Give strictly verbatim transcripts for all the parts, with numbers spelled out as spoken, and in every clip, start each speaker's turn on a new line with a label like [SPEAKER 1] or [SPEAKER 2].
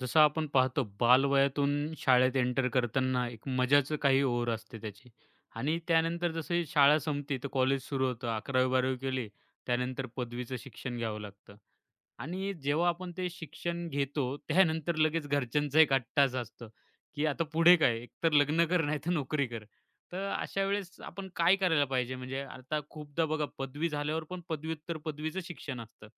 [SPEAKER 1] जसं आपण पाहतो बालवयातून शाळेत एंटर करताना एक मजाच काही ओर असते त्याची. आणि त्यानंतर जसं शाळा संपते तर कॉलेज सुरू होतं. अकरावी-बारावी केली. त्यानंतर पदवीचं शिक्षण घ्यावं लागतं. आणि जेव्हा आपण ते शिक्षण घेतो त्यानंतर लगेच घरच्यांचा एक अट्टास असतो, की आता पुढे काय? एकतर लग्न कर नाहीतर नोकरी कर. तर अशा वेळेस आपण काय करायला पाहिजे? म्हणजे आता खूपदा बघा पदवी झाल्यावर पण पदव्युत्तर पदवीचं शिक्षण असतं.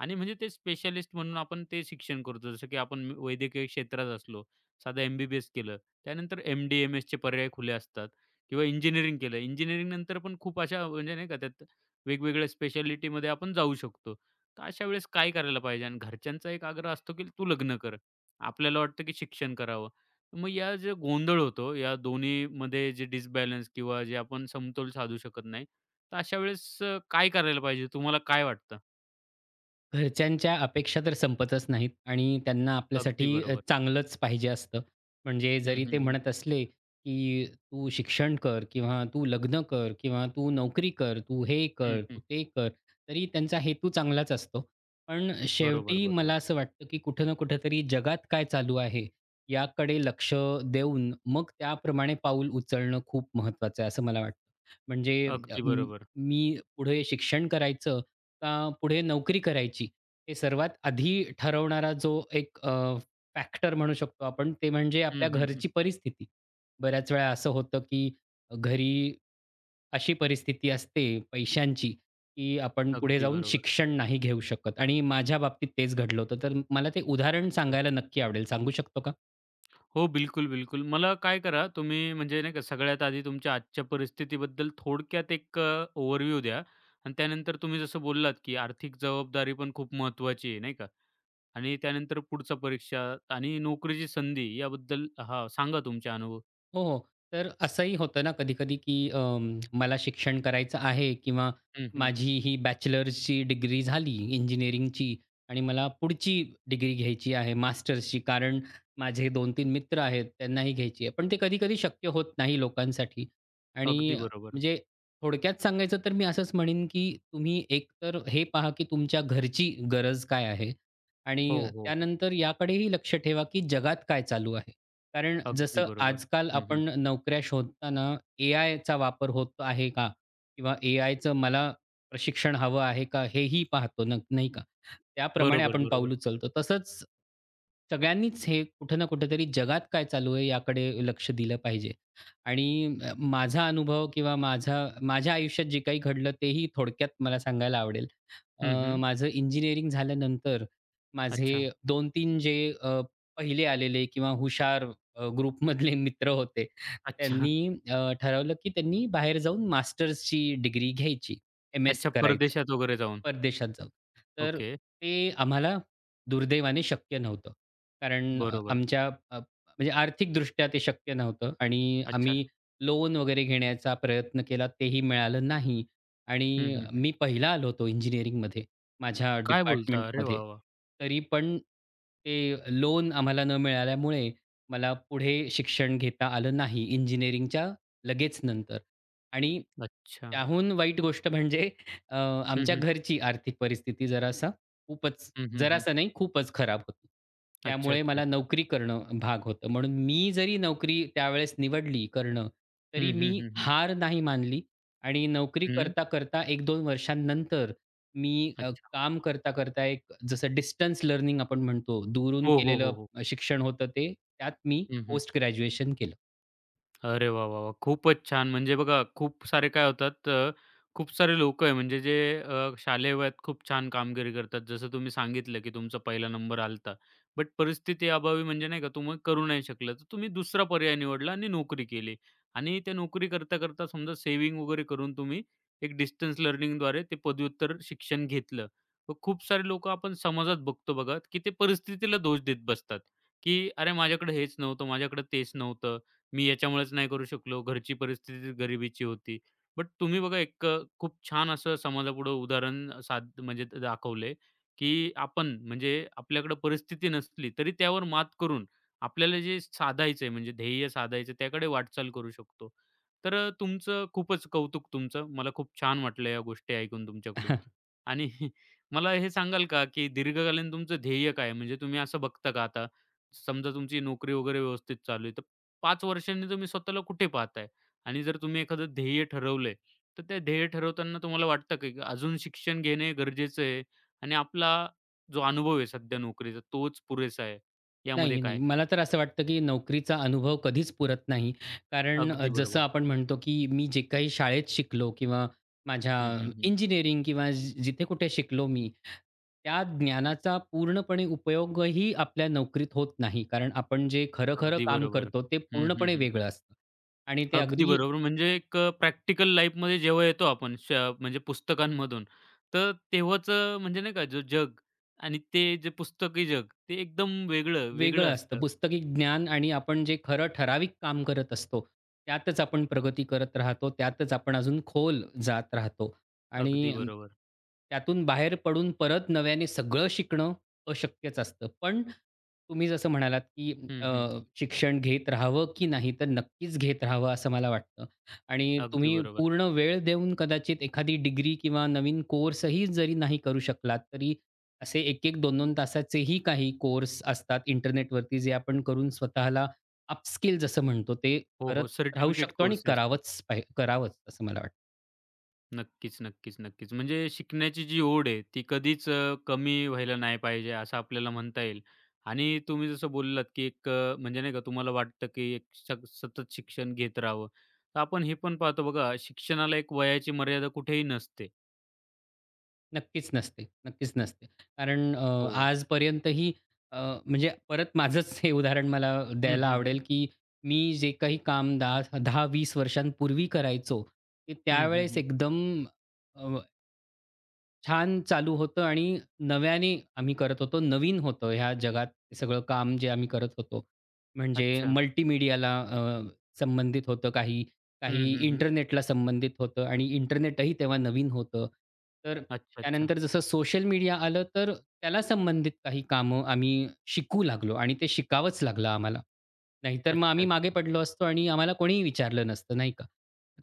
[SPEAKER 1] आणि म्हणजे ते स्पेशलिस्ट म्हणून आपण ते शिक्षण करतो. जसं की आपण वैद्यकीय क्षेत्रात असलो, साधं एम-बी-बी-एस केलं, त्यानंतर एम-डी, एम-एसचे पर्याय खुले असतात किंवा इंजिनिअरिंग केलं. इंजिनिअरिंग नंतर पण खूप अशा म्हणजे नाही का त्यात वेगवेगळ्या स्पेशालिटीमध्ये आपण जाऊ शकतो. तर अशा वेळेस काय करायला पाहिजे? आणि घरच्यांचा एक आग्रह असतो की तू लग्न कर. आपल्याला वाटतं की शिक्षण करावं. मग या जे गोंधळ होतो, या दोन्हीमध्ये जे डिसबॅलन्स किंवा जे आपण समतोल साधू शकत नाही, तर अशा वेळेस अ, काय करायला पाहिजे? तुम्हाला काय वाटतं?
[SPEAKER 2] घरच्यांच्या अपेक्षा तर संपतच नाहीत आणि त्यांना
[SPEAKER 1] अगदी
[SPEAKER 2] आपल्यासाठी अ,
[SPEAKER 1] बरोबर.
[SPEAKER 2] चांगलंच पाहिजे असतं. म्हणजे
[SPEAKER 1] हं,
[SPEAKER 2] जरी
[SPEAKER 1] हं,
[SPEAKER 2] ते
[SPEAKER 1] हं.
[SPEAKER 2] म्हणत असले, की "तू शिक्षण कर किंवा तू लग्न कर किंवा तू नोकरी कर, तू हे
[SPEAKER 1] हं,
[SPEAKER 2] कर,
[SPEAKER 1] हं.
[SPEAKER 2] तू ते कर." तरी त्यांचा हेतू चांगलाच असतो. पण
[SPEAKER 1] बरोबर,
[SPEAKER 2] शेवटी मला
[SPEAKER 1] बरोबर.
[SPEAKER 2] असं वाटतं, की कुठं ना कुठेतरी जगात काय चालू आहे याकडे लक्ष देऊन मग त्याप्रमाणे पाऊल उचलणं खूप महत्त्वाचं आहे, असं मला वाटतं. म्हणजे अ,
[SPEAKER 1] अगदी
[SPEAKER 2] म-
[SPEAKER 1] बरोबर.
[SPEAKER 2] मी पुढे शिक्षण करायचं का पुढे नोकरी करायची हे सर्वात आधी ठरवणारा जो एक फॅक्टर म्हणू शकतो आपण ते म्हणजे
[SPEAKER 1] हं,
[SPEAKER 2] आपल्या
[SPEAKER 1] हं, हं.
[SPEAKER 2] घरची परिस्थिती. बऱ्याच वेळा असं होतं की घरी अशी परिस्थिती असते पैशांची, की आपण पुढे
[SPEAKER 1] अगदी
[SPEAKER 2] जाऊन
[SPEAKER 1] बरोबर.
[SPEAKER 2] शिक्षण नाही घेऊ शकत आणि माझ्या बाबतीत तेच घडलं होतं. तर मला ते उदाहरण
[SPEAKER 1] अच्छा,
[SPEAKER 2] सांगायला
[SPEAKER 1] अच्छा,
[SPEAKER 2] नक्की
[SPEAKER 1] अच्छा.
[SPEAKER 2] आवडेल. सांगू शकतो का?
[SPEAKER 1] हो, बिलकुल, बिलकुल. मला काय करा तुम्ही म्हणजे नाही का सगळ्यात आधी तुमच्या आजच्या परिस्थितीबद्दल थोडक्यात एक अ, ओव्हरव्ह्यू द्या. आणि त्यानंतर तुम्ही जसं बोललात, की आर्थिक जबाबदारी पण खूप महत्त्वाची आहे, नाही का? आणि त्यानंतर पुढच्या परीक्षा आणि नोकरीची संधी याबद्दल हां, सांगा तुमचे अनुभव.
[SPEAKER 2] हो, हो. तर असंही होतं ना कधी-कधी, की अं, मला शिक्षण करायचं आहे किंवा
[SPEAKER 1] हं, हं.
[SPEAKER 2] माझी ही बॅचलर्सची डिग्री झाली इंजिनिअरिंगची आणि मला पुढची डिग्री घ्यायची आहे मास्टर्सची. कारण माझे दोन-तीन मित्र आहेत, त्यांनाही घ्यायची आहे. पण ते कधी-कधी शक्य होत नाही लोकांसाठी आणि
[SPEAKER 1] अगदी बरोबर.
[SPEAKER 2] म्हणजे थोडक्यात सांगायचं तर मी असंच म्हणेन, की तुम्ही एकतर हे पहा, की तुमच्या घरची गरज काय आहे आणि
[SPEAKER 1] हो, हो, हो.
[SPEAKER 2] त्यानंतर याकडेही लक्ष ठेवा, की जगात काय चालू आहे. कारण
[SPEAKER 1] अगदी
[SPEAKER 2] जसं
[SPEAKER 1] बरोबर.
[SPEAKER 2] आजकाल
[SPEAKER 1] हं, हं.
[SPEAKER 2] आपण नोकऱ्या शोधताना एआयचा वापर होत आहे का? किंवा एआयचं मला प्रशिक्षण हवं आहे का? हेही पाहतो न नाही का? त्याप्रमाणे
[SPEAKER 1] बरोबर,
[SPEAKER 2] आपण
[SPEAKER 1] बरोबर.
[SPEAKER 2] पाऊल उचलतो. तसंच सगळ्यांनीच हे कुठं ना कुठेतरी जगात काय चालू आहे याकडे लक्ष दिलं पाहिजे. आणि अ, माझा अनुभव किंवा माझा माझ्या आयुष्यात जे काही घडलं तेही थोडक्यात मला सांगायला आवडेल.
[SPEAKER 1] हं,
[SPEAKER 2] अ,
[SPEAKER 1] हं.
[SPEAKER 2] माझं इंजिनिअरिंग झाल्यानंतर
[SPEAKER 1] अच्छा.
[SPEAKER 2] माझे दोन-तीन जे अ, पहिले आलेले किंवा हुशार अ, ग्रुपमधले मित्र होते.
[SPEAKER 1] अच्छा.
[SPEAKER 2] त्यांनी अ, ठरवलं की त्यांनी बाहेर जाऊन मास्टर्सची डिग्री घ्यायची. एम-एस
[SPEAKER 1] अच्छा,
[SPEAKER 2] करायचं.
[SPEAKER 1] परदेशात वगैरे जाऊन.
[SPEAKER 2] परदेशात जाऊ. तर
[SPEAKER 1] ओके,
[SPEAKER 2] ते आम्हाला दुर्दैवाने शक्य नव्हतं. कारण अ,
[SPEAKER 1] बरोबर.
[SPEAKER 2] आमच्या अ, म्हणजे आर्थिकदृष्ट्या ते शक्य नव्हतं आणि
[SPEAKER 1] अच्छा.
[SPEAKER 2] आम्ही लोन वगैरे घेण्याचा प्रयत्न केला तेही मिळालं नाही आणि
[SPEAKER 1] हं, हं, हं.
[SPEAKER 2] मी पहिला आलो होतो इंजिनिअरिंगमध्ये माझ्या
[SPEAKER 1] काय बोलता? अरे
[SPEAKER 2] डिपार्टमेंटमध्ये.
[SPEAKER 1] वाह, वाह!
[SPEAKER 2] तरी पण ते लोन आम्हाला न मिळाल्यामुळे मला पुढे शिक्षण घेता आलं नाही इंजिनिअरिंगच्या लगेच नंतर आणि
[SPEAKER 1] अच्छा.
[SPEAKER 2] त्याहून वाईट गोष्ट म्हणजे अ,
[SPEAKER 1] हं,
[SPEAKER 2] आमच्या
[SPEAKER 1] हं.
[SPEAKER 2] घरची आर्थिक परिस्थिती जरासा खूपच
[SPEAKER 1] हं, हं, हं.
[SPEAKER 2] जरासा नाही, खूपच खराब होती.
[SPEAKER 1] अच्छा,
[SPEAKER 2] त्यामुळे
[SPEAKER 1] अच्छा,
[SPEAKER 2] मला
[SPEAKER 1] अच्छा.
[SPEAKER 2] नोकरी करणं भाग होतं. म्हणून मी जरी नोकरी त्यावेळेस निवडली करणं, तरी
[SPEAKER 1] हं, हं,
[SPEAKER 2] मी
[SPEAKER 1] हं, हं.
[SPEAKER 2] हार नाही मानली आणि नोकरी
[SPEAKER 1] हं.
[SPEAKER 2] करता-करता एक-दोन वर्षांनंतर मी अ,
[SPEAKER 1] अच्छा.
[SPEAKER 2] काम करता-करता एक जसं डिस्टन्स लर्निंग आपण म्हणतो, दुरून
[SPEAKER 1] हो, हो,
[SPEAKER 2] केलेलं
[SPEAKER 1] हो, हो.
[SPEAKER 2] शिक्षण होतं ते, त्यात मी
[SPEAKER 1] हं, हं.
[SPEAKER 2] पोस्ट ग्रॅज्युएशन केलं.
[SPEAKER 1] अरे वाह, वाह, वाह! खूपच छान. म्हणजे बघा, खूप सारे काय होतात, अ, खूप सारे लोकं आहे म्हणजे जे अ, शालेय वयात खूप छान कामगिरी करतात. जसं तुम्ही सांगितलं, की तुमचा पहिला नंबर आला. बट परिस्थिती अभावी म्हणजे नाही का, तुम्ही करू नाही शकला. तर तुम्ही दुसरा पर्याय निवडला आणि नोकरी केली. आणि त्या नोकरी करता-करता समजा सेव्हिंग वगैरे करून तुम्ही एक डिस्टन्स लर्निंगद्वारे ते पदव्युत्तर शिक्षण घेतलं. तर खूप सारे लोकं आपण समाजात बघतो बघा, की ते परिस्थितीला दोष देत बसतात, की "अरे, माझ्याकडे हेच नव्हतं, माझ्याकडे तेच नव्हतं." मी याच्यामुळेच नाही करू शकलो. घरची परिस्थिती गरिबीची होती. बट तुम्ही बघा एक अ, खूप छान असं समाजापुढं उदाहरण साद म्हणजे द- दाखवलंय, की आपण म्हणजे आपल्याकडे परिस्थिती नसली तरी त्यावर मात करून आपल्याला जे साधायचंय म्हणजे ध्येय साधायचं त्याकडे वाटचाल करू शकतो. तर अ, तुमचं खूपच कौतुक तुमचं. मला खूप छान वाटलं या गोष्टी ऐकून तुमच्याकडून. आणि मला हे सांगाल का, की दीर्घकालीन तुमचं ध्येय काय आहे? म्हणजे तुम्ही असं बघता का आता समजा तुमची नोकरी वगैरे व्यवस्थित चालू आहे. पाच वर्षांनी तुम्ही स्वतःला कुठे पाहताय? आणि जर तुम्ही एखादं ध्येय ठरवलंय, तर ते ध्येय ठरवताना तुम्हाला वाटतं का, की अजून शिक्षण घेणे गरजेचं आहे आणि आपला जो अनुभव आहे सध्या नोकरीचा तोच पुरेसा आहे. यामध्ये
[SPEAKER 2] नाही, नाही.
[SPEAKER 1] काय?
[SPEAKER 2] मला तर असं वाटतं, की नोकरीचा अनुभव कधीच पुरत नाही. कारण अ,
[SPEAKER 1] अगदी
[SPEAKER 2] जसं
[SPEAKER 1] बरोबर.
[SPEAKER 2] आपण म्हणतो, की मी जे काही शाळेत शिकलो किंवा माझ्या
[SPEAKER 1] हं, हं, हं.
[SPEAKER 2] इंजिनिअरिंग किंवा जि- जिथे कुठे शिकलो मी, त्या ज्ञानाचा पूर्णपणे उपयोगही आपल्या नोकरीत होत नाही. कारण आपण जे खरं-खरं
[SPEAKER 1] अगदी
[SPEAKER 2] काम
[SPEAKER 1] बरोबर.
[SPEAKER 2] करतो, ते
[SPEAKER 1] हं, हं,
[SPEAKER 2] पूर्णपणे
[SPEAKER 1] हं.
[SPEAKER 2] वेगळं असतं आणि ते
[SPEAKER 1] अगदी
[SPEAKER 2] अगदी
[SPEAKER 1] बरोबर. म्हणजे एक अ, प्रॅक्टिकल लाईफमध्ये जेव्हा येतो आपण श म्हणजे पुस्तकांमधून, तर तेव्हाचं म्हणजे नाही का जो जग आणि ते जे पुस्तकी जग ते एकदम वेगळं,
[SPEAKER 2] वेगळं
[SPEAKER 1] वेगळं
[SPEAKER 2] असतं.
[SPEAKER 1] असतं.
[SPEAKER 2] पुस्तकी ज्ञान आणि आपण जे खरं ठराविक काम करत असतो, त्यातच आपण प्रगती करत राहतो. त्यातच आपण अजून खोल जात राहतो
[SPEAKER 1] अगदी
[SPEAKER 2] आणि अ,
[SPEAKER 1] बरोबर.
[SPEAKER 2] त्यातून बाहेर पडून परत नव्याने सगळं शिकणं अशक्यच असतं. पण तुम्ही जसं म्हणालात, की
[SPEAKER 1] हं,
[SPEAKER 2] अ,
[SPEAKER 1] हं.
[SPEAKER 2] शिक्षण घेत राहावं की नाही? तर नक्कीच घेत राहावं असं मला वाटतं आणि
[SPEAKER 1] अगदी
[SPEAKER 2] तुम्ही
[SPEAKER 1] बरोबर.
[SPEAKER 2] पूर्ण वेळ देऊन कदाचित एखादी डिग्री किंवा नवीन कोर्सही जरी नाही करू शकलात, तरी असे एक एक, दोन-दोन तासाचेही काही कोर्स असतात इंटरनेटवरती जे आपण करून स्वतःला अपस्किल जसं म्हणतो ते
[SPEAKER 1] हो,
[SPEAKER 2] करत
[SPEAKER 1] हो.
[SPEAKER 2] राहू
[SPEAKER 1] सर्टिफिकेट
[SPEAKER 2] शकतो आणि
[SPEAKER 1] कोर्सेस.
[SPEAKER 2] करावंच पाहि करावंच असं मला वाटतं.
[SPEAKER 1] नक्कीच, नक्कीच, नक्कीच. म्हणजे शिकण्याची जी ओढ आहे, ती कधीच अ, कमी व्हायला नाही पाहिजे, असं आपल्याला म्हणता येईल. आणि तुम्ही जसं बोललात, की एक अ, म्हणजे नाही का तुम्हाला वाटतं, की एक सग सतत शिक्षण घेत राहावं. तर आपण हे पण पाहतो बघा, शिक्षणाला एक वयाची मर्यादा कुठेही नसते.
[SPEAKER 2] नक्कीच नसते, नक्कीच नसते. कारण अ,
[SPEAKER 1] हो.
[SPEAKER 2] आजपर्यंतही अ, म्हणजे परत माझंच हे उदाहरण मला
[SPEAKER 1] हं,
[SPEAKER 2] द्यायला
[SPEAKER 1] हं, हं.
[SPEAKER 2] आवडेल, की मी जे काही काम दहा दहा-वीस वर्षांपूर्वी करायचो, ते
[SPEAKER 1] हं, हं,
[SPEAKER 2] त्यावेळेस
[SPEAKER 1] हं.
[SPEAKER 2] एकदम अ, छान चालू होतं आणि नव्याने आम्ही करत होतो. नवीन होतं ह्या जगात हे सगळं काम जे आम्ही करत होतो. म्हणजे
[SPEAKER 1] अच्छा.
[SPEAKER 2] मल्टीमीडियाला अ, संबंधित होतं काही, काही
[SPEAKER 1] हं, हं, हं.
[SPEAKER 2] इंटरनेटला संबंधित होतं आणि इंटरनेटही तेव्हा नवीन होतं. तर
[SPEAKER 1] अच्छा, अच्छा.
[SPEAKER 2] त्यानंतर जसं सोशल मीडिया आलं, तर त्याला संबंधित काही कामं आम्ही शिकू लागलो आणि ते शिकावंच लागलं आम्हाला. नाहीतर मग
[SPEAKER 1] अच्छा,
[SPEAKER 2] आम्ही मागे
[SPEAKER 1] अच्छा.
[SPEAKER 2] पडलो असतो आणि आम्हाला कोणीही विचारलं नसतं, नाही का?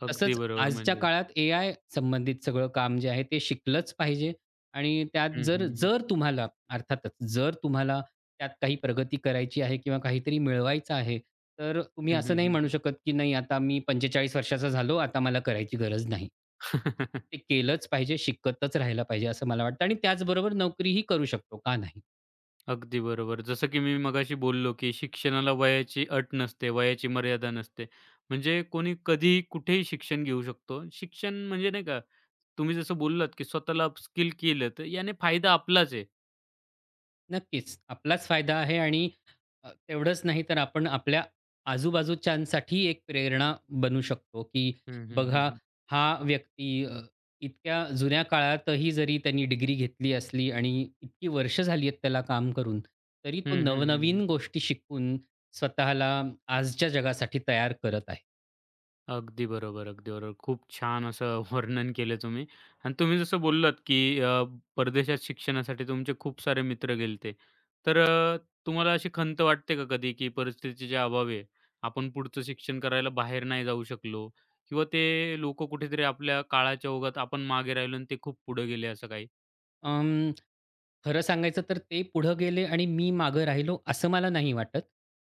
[SPEAKER 1] अगदी
[SPEAKER 2] तसंच
[SPEAKER 1] बरोबर
[SPEAKER 2] आजच्या
[SPEAKER 1] म्हणजे.
[SPEAKER 2] काळात एआय संबंधित सगळं काम जे आहे ते शिकलंच पाहिजे आणि त्यात
[SPEAKER 1] हं,
[SPEAKER 2] जर
[SPEAKER 1] हं, हं.
[SPEAKER 2] जर तुम्हाला अर्थातच जर तुम्हाला त्यात काही प्रगती करायची आहे किंवा काहीतरी मिळवायचं आहे, तर तुम्ही
[SPEAKER 1] हं,
[SPEAKER 2] असं नाही
[SPEAKER 1] हं,
[SPEAKER 2] म्हणू
[SPEAKER 1] हं,
[SPEAKER 2] शकत, की नाही आता मी पंचेचाळीस वर्षाचा झालो, आता मला करायची गरज नाही. ते केलंच पाहिजे, शिकतच राहायला पाहिजे असं मला वाटतं आणि त्याचबरोबर नोकरीही करू शकतो, का नाही?
[SPEAKER 1] अगदी बरोबर. जसं की मी मगाशी बोललो, की शिक्षणाला वयाची अट नसते, वयाची मर्यादा नसते. म्हणजे कोणी कधीही कुठेही शिक्षण घेऊ शकतो. शिक्षण म्हणजे नाही का, तुम्ही जसं बोललात, की स्वतःला स्किल केलं, तर याने फायदा आपलाच आहे.
[SPEAKER 2] नक्कीच. आपलाच फायदा आहे आणि अ, तेवढंच नाही तर आपण आपल्या आजूबाजूच्यांसाठी एक प्रेरणा बनू शकतो, की
[SPEAKER 1] हं, हं, हं,
[SPEAKER 2] बघा
[SPEAKER 1] हं.
[SPEAKER 2] हा व्यक्ती अ, इतक्या जुन्या काळातही जरी त्यांनी डिग्री घेतली असली आणि इतकी वर्ष झाली आहेत त्याला काम करून, तरी
[SPEAKER 1] हं,
[SPEAKER 2] तो
[SPEAKER 1] हं, हं, हं.
[SPEAKER 2] नवनवीन गोष्टी शिकून स्वतःला आजच्या जगासाठी तयार करत आहे.
[SPEAKER 1] अगदी बरोबर, अगदी बरोबर. खूप छान असं वर्णन केलं तुम्ही आणि तुम्ही जसं बोललात, की अ, परदेशात शिक्षणासाठी तुमचे खूप सारे मित्र गेलते. तर अ, तुम्हाला अशी खंत वाटते का कधी, की परिस्थितीच्या अभावी आपण पुढचं शिक्षण करायला बाहेर नाही जाऊ शकलो किंवा ते लोकं कुठेतरी आपल्या काळाच्या ओघात आपण मागे राहिलो आणि ते खूप पुढे गेले असं काही?
[SPEAKER 2] अं, खरं सांगायचं तर ते पुढं गेले आणि मी मागं राहिलो असं मला नाही वाटत.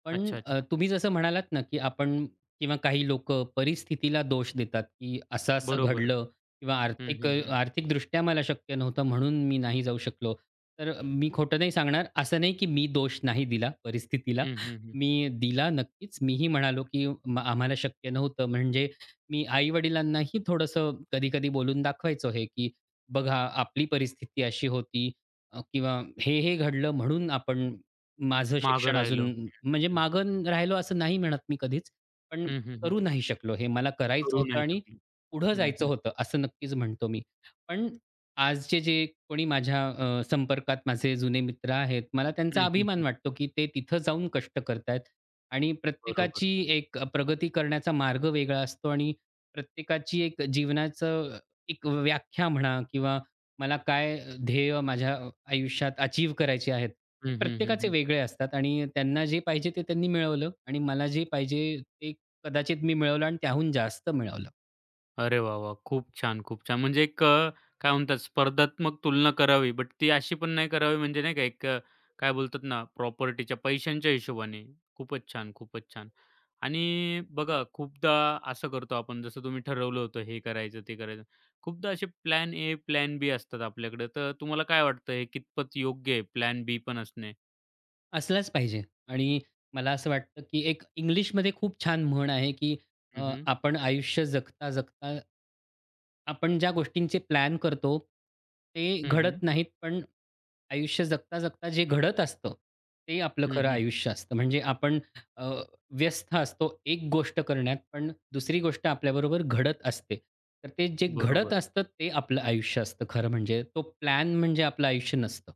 [SPEAKER 2] पण
[SPEAKER 1] अच्छा,
[SPEAKER 2] अ,
[SPEAKER 1] अच्छा.
[SPEAKER 2] तुम्ही जसं म्हणालात ना, की आपण किंवा काही लोक परिस्थितीला दोष देतात, की असं-असं
[SPEAKER 1] बरोबर.
[SPEAKER 2] घडलं किंवा
[SPEAKER 1] हं,
[SPEAKER 2] आर्थिक अ,
[SPEAKER 1] हं, हं.
[SPEAKER 2] आर्थिकदृष्ट्या मला शक्य नव्हतं म्हणून मी नाही जाऊ शकलो. तर मी खोटं नाही सांगणार. असं नाही की मी दोष नाही दिला परिस्थितीला.
[SPEAKER 1] हं, हं, हं.
[SPEAKER 2] मी दिला नक्कीच. मीही म्हणालो, की म आम्हाला शक्य नव्हतं म्हणजे मी आई-वडिलांनाही थोडंसं कधी-कधी बोलून दाखवायचो हे, की बघा, आपली परिस्थिती अशी होती अ, किंवा हे, हे घडलं म्हणून आपण माझं
[SPEAKER 1] मागं
[SPEAKER 2] शिक्षण अजून
[SPEAKER 1] राहिलो.
[SPEAKER 2] म्हणजे
[SPEAKER 1] हं.
[SPEAKER 2] मागं राहिलो असं नाही म्हणत मी कधीच. पण
[SPEAKER 1] हं, हं,
[SPEAKER 2] करू
[SPEAKER 1] हं,
[SPEAKER 2] नाही शकलो. हे मला करायचं
[SPEAKER 1] करू
[SPEAKER 2] होतं
[SPEAKER 1] नाही
[SPEAKER 2] आणि
[SPEAKER 1] शकलो.
[SPEAKER 2] पुढं
[SPEAKER 1] हं,
[SPEAKER 2] जायचं
[SPEAKER 1] हं.
[SPEAKER 2] होतं असं नक्कीच म्हणतो मी. पण आजचे जे कोणी माझ्या अ, संपर्कात माझे जुने मित्र आहेत, मला त्यांचा
[SPEAKER 1] हं, हं,
[SPEAKER 2] अभिमान
[SPEAKER 1] हं.
[SPEAKER 2] वाटतो, की ते तिथं जाऊन कष्ट करतायत आणि
[SPEAKER 1] बरोबर.
[SPEAKER 2] प्रत्येकाची एक प्रगती करण्याचा मार्ग वेगळा असतो आणि प्रत्येकाची एक जीवनाचं एक व्याख्या म्हणा किंवा मला काय ध्येय माझ्या आयुष्यात अचीव्ह करायचे आहेत.
[SPEAKER 1] हं, हं, हं,
[SPEAKER 2] प्रत्येकाचे
[SPEAKER 1] हं.
[SPEAKER 2] वेगळे असतात आणि त्यांना जे पाहिजे ते त्यांनी मिळवलं आणि मला जे पाहिजे ते कदाचित मी मिळवलं आणि त्याहून जास्त मिळवलं.
[SPEAKER 1] अरे वाह, वाह! खूप छान, खूप छान. म्हणजे एक अ, काय म्हणतात स्पर्धात्मक तुलना करावी, बट ती अशी पण नाही करावी म्हणजे नाही का एक अ, काय बोलतात ना प्रॉपर्टीच्या, पैशांच्या हिशोबाने. खूपच छान, खूपच छान. आणि बघा खूपदा असं करतो आपण जसं तुम्ही ठरवलं होतं हे करायचं, ते करायचं. खूपदा असे प्लॅन ए, प्लॅन बी असतात आपल्याकडे. तर तुम्हाला काय वाटतं हे कितपत योग्य आहे प्लॅन बी पण असणे?
[SPEAKER 2] असलाच पाहिजे आणि मला असं वाटतं, की एक इंग्लिशमध्ये खूप छान म्हण आहे, की
[SPEAKER 1] हं,
[SPEAKER 2] अ,
[SPEAKER 1] हं.
[SPEAKER 2] आपण आयुष्य जगता, जगता आपण ज्या गोष्टींचे प्लॅन करतो, ते
[SPEAKER 1] हं, हं.
[SPEAKER 2] घडत नाहीत. पण आयुष्य जगता, जगता जे घडत असतं, ते आपलं खरं
[SPEAKER 1] हं,
[SPEAKER 2] आयुष्य असतं. म्हणजे आपण अ, व्यस्त असतो एक गोष्ट करण्यात, पण दुसरी गोष्ट आपल्याबरोबर घडत असते. तर ते जे घडत
[SPEAKER 1] बरोबर.
[SPEAKER 2] असतं, ते आपलं आयुष्य असतं खरं म्हणजे. तो प्लॅन म्हणजे आपलं आयुष्य नसतं.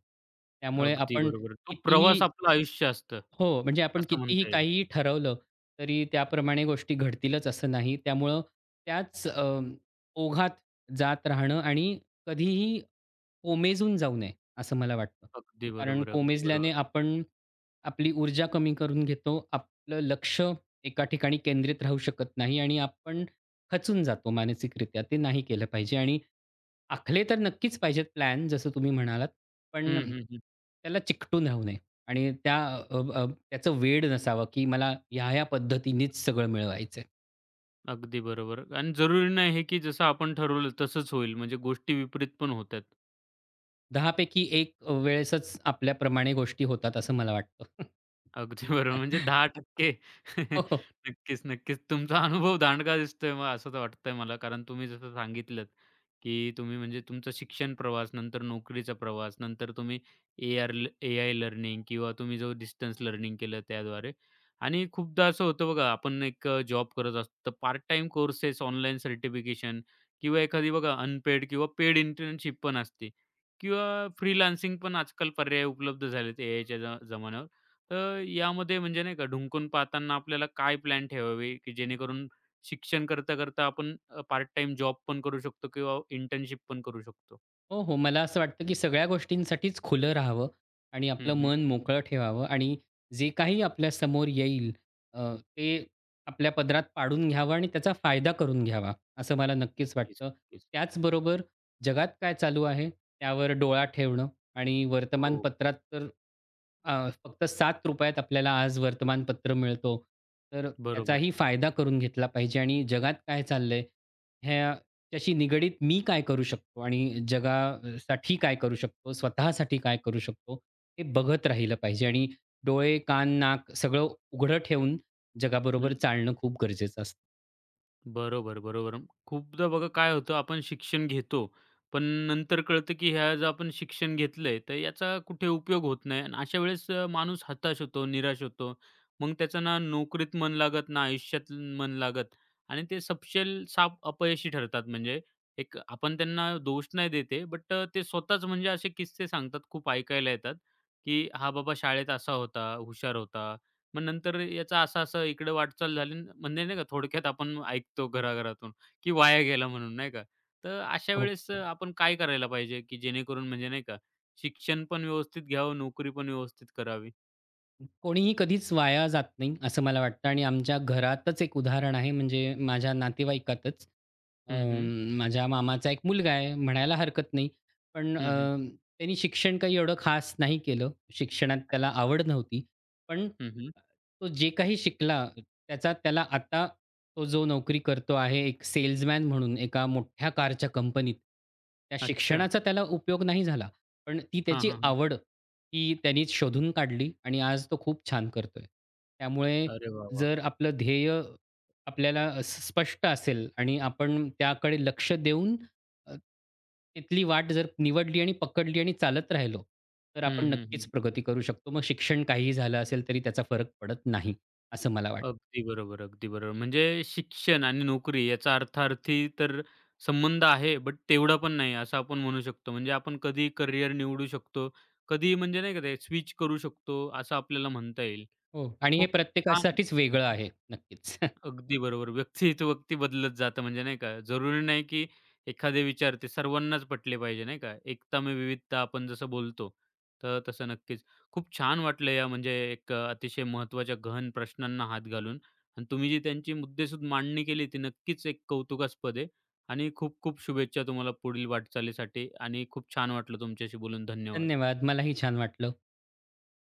[SPEAKER 2] त्यामुळे
[SPEAKER 1] अगदी
[SPEAKER 2] आपण
[SPEAKER 1] बरोबर. तो प्रवास
[SPEAKER 2] कितीही
[SPEAKER 1] आपलं आयुष्य असतं,
[SPEAKER 2] हो, म्हणजे आपण
[SPEAKER 1] असं
[SPEAKER 2] कितीही
[SPEAKER 1] म्हणता येईल.
[SPEAKER 2] काहीही ठरवलं, तरी त्याप्रमाणे गोष्टी घडतीलच असं नाही. त्यामुळं त्याच अ, ओघात जात राहणं आणि कधीही कोमेजून जाऊ नये, असं मला वाटतं.
[SPEAKER 1] अगदी
[SPEAKER 2] कारण
[SPEAKER 1] बरोबर, अगदी
[SPEAKER 2] कोमेजल्याने
[SPEAKER 1] बरोबर.
[SPEAKER 2] आपण आपली ऊर्जा कमी करून घेतो. आपलं लक्ष एका ठिकाणी केंद्रित राहू शकत नाही आणि आपण खचून जातो मानसिकरित्या. ते नाही केलं पाहिजे आणि आखले तर नक्कीच पाहिजेत प्लॅन जसं तुम्ही म्हणालात.
[SPEAKER 1] हं,
[SPEAKER 2] पण
[SPEAKER 1] हं, हं.
[SPEAKER 2] त्याला चिकटून राहू नये आणि त्या अ, अ, त्याचं वेड नसावं, की मला ह्या-ह्या पद्धतीनेच सगळं मिळवायचंय.
[SPEAKER 1] अगदी बरोबर आणि जरुरी नाही आहे, की जसं आपण ठरवलं तसंच होईल. म्हणजे गोष्टी विपरीत पण होतात.
[SPEAKER 2] दहा एक 1 वेळेसच आपल्याप्रमाणे गोष्टी होतात असं मला वाटतं.
[SPEAKER 1] अगदी बरोबर. म्हणजे दहा टक्के
[SPEAKER 2] हो.
[SPEAKER 1] नक्कीच, नक्कीच. तुमचा अनुभव दांडगा दिसतोय मग असं तर वाटतंय मला. कारण तुम्ही जसं सांगितलंत, की तुम्ही म्हणजे तुमचा शिक्षण प्रवास, नंतर नोकरीचा प्रवास, नंतर तुम्ही एआर एआय लर्निंग किंवा तुम्ही जो डिस्टन्स लर्निंग केलं त्याद्वारे. आणि खूपदा असं होतं बघा, आपण एक अ, जॉब करत असतो तर part time courses, online certification किंवा एखादी बघा अनपेड किंवा पेड इंटर्नशिप पण असते किंवा फ्रीलान्सिंग पण आजकाल पर्याय उपलब्ध झालेत एआयच्या ज तर यामध्ये म्हणजे नाही का ढुंकून पाहताना आपल्याला काय प्लॅन ठेवावे, की जेणेकरून शिक्षण करता-करता आपण पार्ट टाइम जॉब पण करू शकतो किंवा इंटर्नशिप पण करू शकतो?
[SPEAKER 2] हो, हो. मला असं वाटतं, की सगळ्या गोष्टींसाठीच खुलं राहावं आणि
[SPEAKER 1] हं,
[SPEAKER 2] आपलं
[SPEAKER 1] हं.
[SPEAKER 2] मन मोकळं ठेवावं आणि जे काही आपल्यासमोर येईल अ, ते आपल्या पदरात पाडून घ्यावं आणि त्याचा फायदा करून घ्यावा, असं मला नक्कीच
[SPEAKER 1] नक्कीच,
[SPEAKER 2] वाटतं.
[SPEAKER 1] नक्कीच.
[SPEAKER 2] त्याचबरोबर जगात काय चालू आहे, त्यावर डोळा ठेवणं आणि
[SPEAKER 1] हो.
[SPEAKER 2] वर्तमानपत्रात तर अ, फक्त ₹सात रुपये आपल्याला आज वर्तमानपत्र मिळतो. तर
[SPEAKER 1] बरोबर.
[SPEAKER 2] त्याचाही फायदा करून घेतला पाहिजे आणि जगात काय चाललंय ह्याच्याशी निगडीत मी काय करू शकतो आणि जगासाठी काय करू शकतो, स्वतःसाठी काय करू शकतो, हे बघत राहिलं पाहिजे आणि डोळे, कान, नाक सगळं उघडं ठेवून जगाबरोबर चालणं खूप गरजेचं असतं.
[SPEAKER 1] बरोबर, बरोबर. खूपदा बघा काय होतं आपण शिक्षण घेतो, पण नंतर कळतं की हे आज आपण शिक्षण घेतलंय, तर याचा कुठे उपयोग होत नाही आणि अशा वेळेस अ, माणूस हताश होतो, निराश होतो. मग त्याचं ना नोकरीत मन लागत, ना आयुष्यात मन लागत आणि ते सपशेल साप अपयशी ठरतात. म्हणजे एक आपण त्यांना दोष नाही देत बट ते स्वतःच म्हणजे असे किस्से सांगतात, खूप ऐकायला येतात, की हा बाबा शाळेत असा होता, हुशार होता. मग नंतर याचा असा-असा इकडे वाटचाल झाली न म्हणजे नाही का थोडक्यात आपण ऐकतो घराघरातून, की वाया गेला म्हणून नाही का. तर अशा वेळेस अ, आपण काय करायला पाहिजे, की जेणेकरून म्हणजे नाही का शिक्षण पण व्यवस्थित घ्यावं, नोकरी पण व्यवस्थित करावी?
[SPEAKER 2] कोणीही कधीच वाया जात नाही, असं मला वाटतं आणि आमच्या घरातच एक उदाहरण आहे म्हणजे माझ्या नातेवाईकातच. अ,
[SPEAKER 1] हं, हं.
[SPEAKER 2] माझ्या मामाचा एक मुलगा आहे म्हणायला हरकत नाही. पण अ,
[SPEAKER 1] हं, हं.
[SPEAKER 2] त्यांनी शिक्षण काही एवढं खास नाही केलं. शिक्षणात त्याला आवड नव्हती. पण
[SPEAKER 1] हं, हं.
[SPEAKER 2] तो जे काही शिकला त्याचा त्याला आता तो जो नोकरी करतो आहे एक सेल्समॅन म्हणून एका मोठ्या कारच्या कंपनीत, त्या
[SPEAKER 1] अच्छा.
[SPEAKER 2] शिक्षणाचा त्याला उपयोग नाही झाला. पण ती
[SPEAKER 1] हां,
[SPEAKER 2] त्याची
[SPEAKER 1] हां, हां.
[SPEAKER 2] आवड, ती त्यानीच शोधून काढली आणि आज तो खूप छान करतोय. त्यामुळे
[SPEAKER 1] अरे वाह, वाह!
[SPEAKER 2] जर आपलं ध्येय आपल्याला स स्पष्ट असेल आणि आपण त्याकडे लक्ष देऊन अ, तिथली वाट जर निवडली आणि पकडली आणि चालत राहिलो, तर आपण
[SPEAKER 1] हं, हं,
[SPEAKER 2] नक्कीच
[SPEAKER 1] हं.
[SPEAKER 2] प्रगती करू शकतो. मग शिक्षण काहीही झालं असेल तरी त्याचा फरक पडत नाही, असं मला वाटतं.
[SPEAKER 1] अगदी बरोबर, अगदी बरोबर. म्हणजे शिक्षण आणि नोकरी याचा अर्थार्थी तर संबंध आहे, बट तेवढा पण नाही असं आपण म्हणू शकतो. म्हणजे आपण कधीही करियर निवडू शकतो, कधीही म्हणजे नाही का ते स्विच करू शकतो असं आपल्याला म्हणता येईल.
[SPEAKER 2] हो. आणि हे
[SPEAKER 1] खूप छान.
[SPEAKER 2] प्रत्येकासाठीच वेगळं आहे. नक्कीच.
[SPEAKER 1] अगदी बरोबर. व्यक्ती तो व्यक्ती बदलत जातं म्हणजे नाही का, जरुरी नाही की एखादे विचार ते सर्वांनाच पटले पाहिजे नाही का. एकता में विविधता आपण जसं बोलतो, तर तसं नक्कीच. खूप छान वाटलं या म्हणजे एक अ, अतिशय महत्त्वाच्या गहन प्रश्नांना हात घालून आणि तुम्ही जी त्यांची मुद्देसूद मांडणी केली ती नक्कीच एक कौतुकास्पद आहे आणि खूप खूप शुभेच्छा तुम्हाला पुढील वाटचालीसाठी आणि खूप छान वाटलं तुमच्याशी बोलून. धन्यवाद.
[SPEAKER 2] धन्यवाद. मलाही छान वाटलं.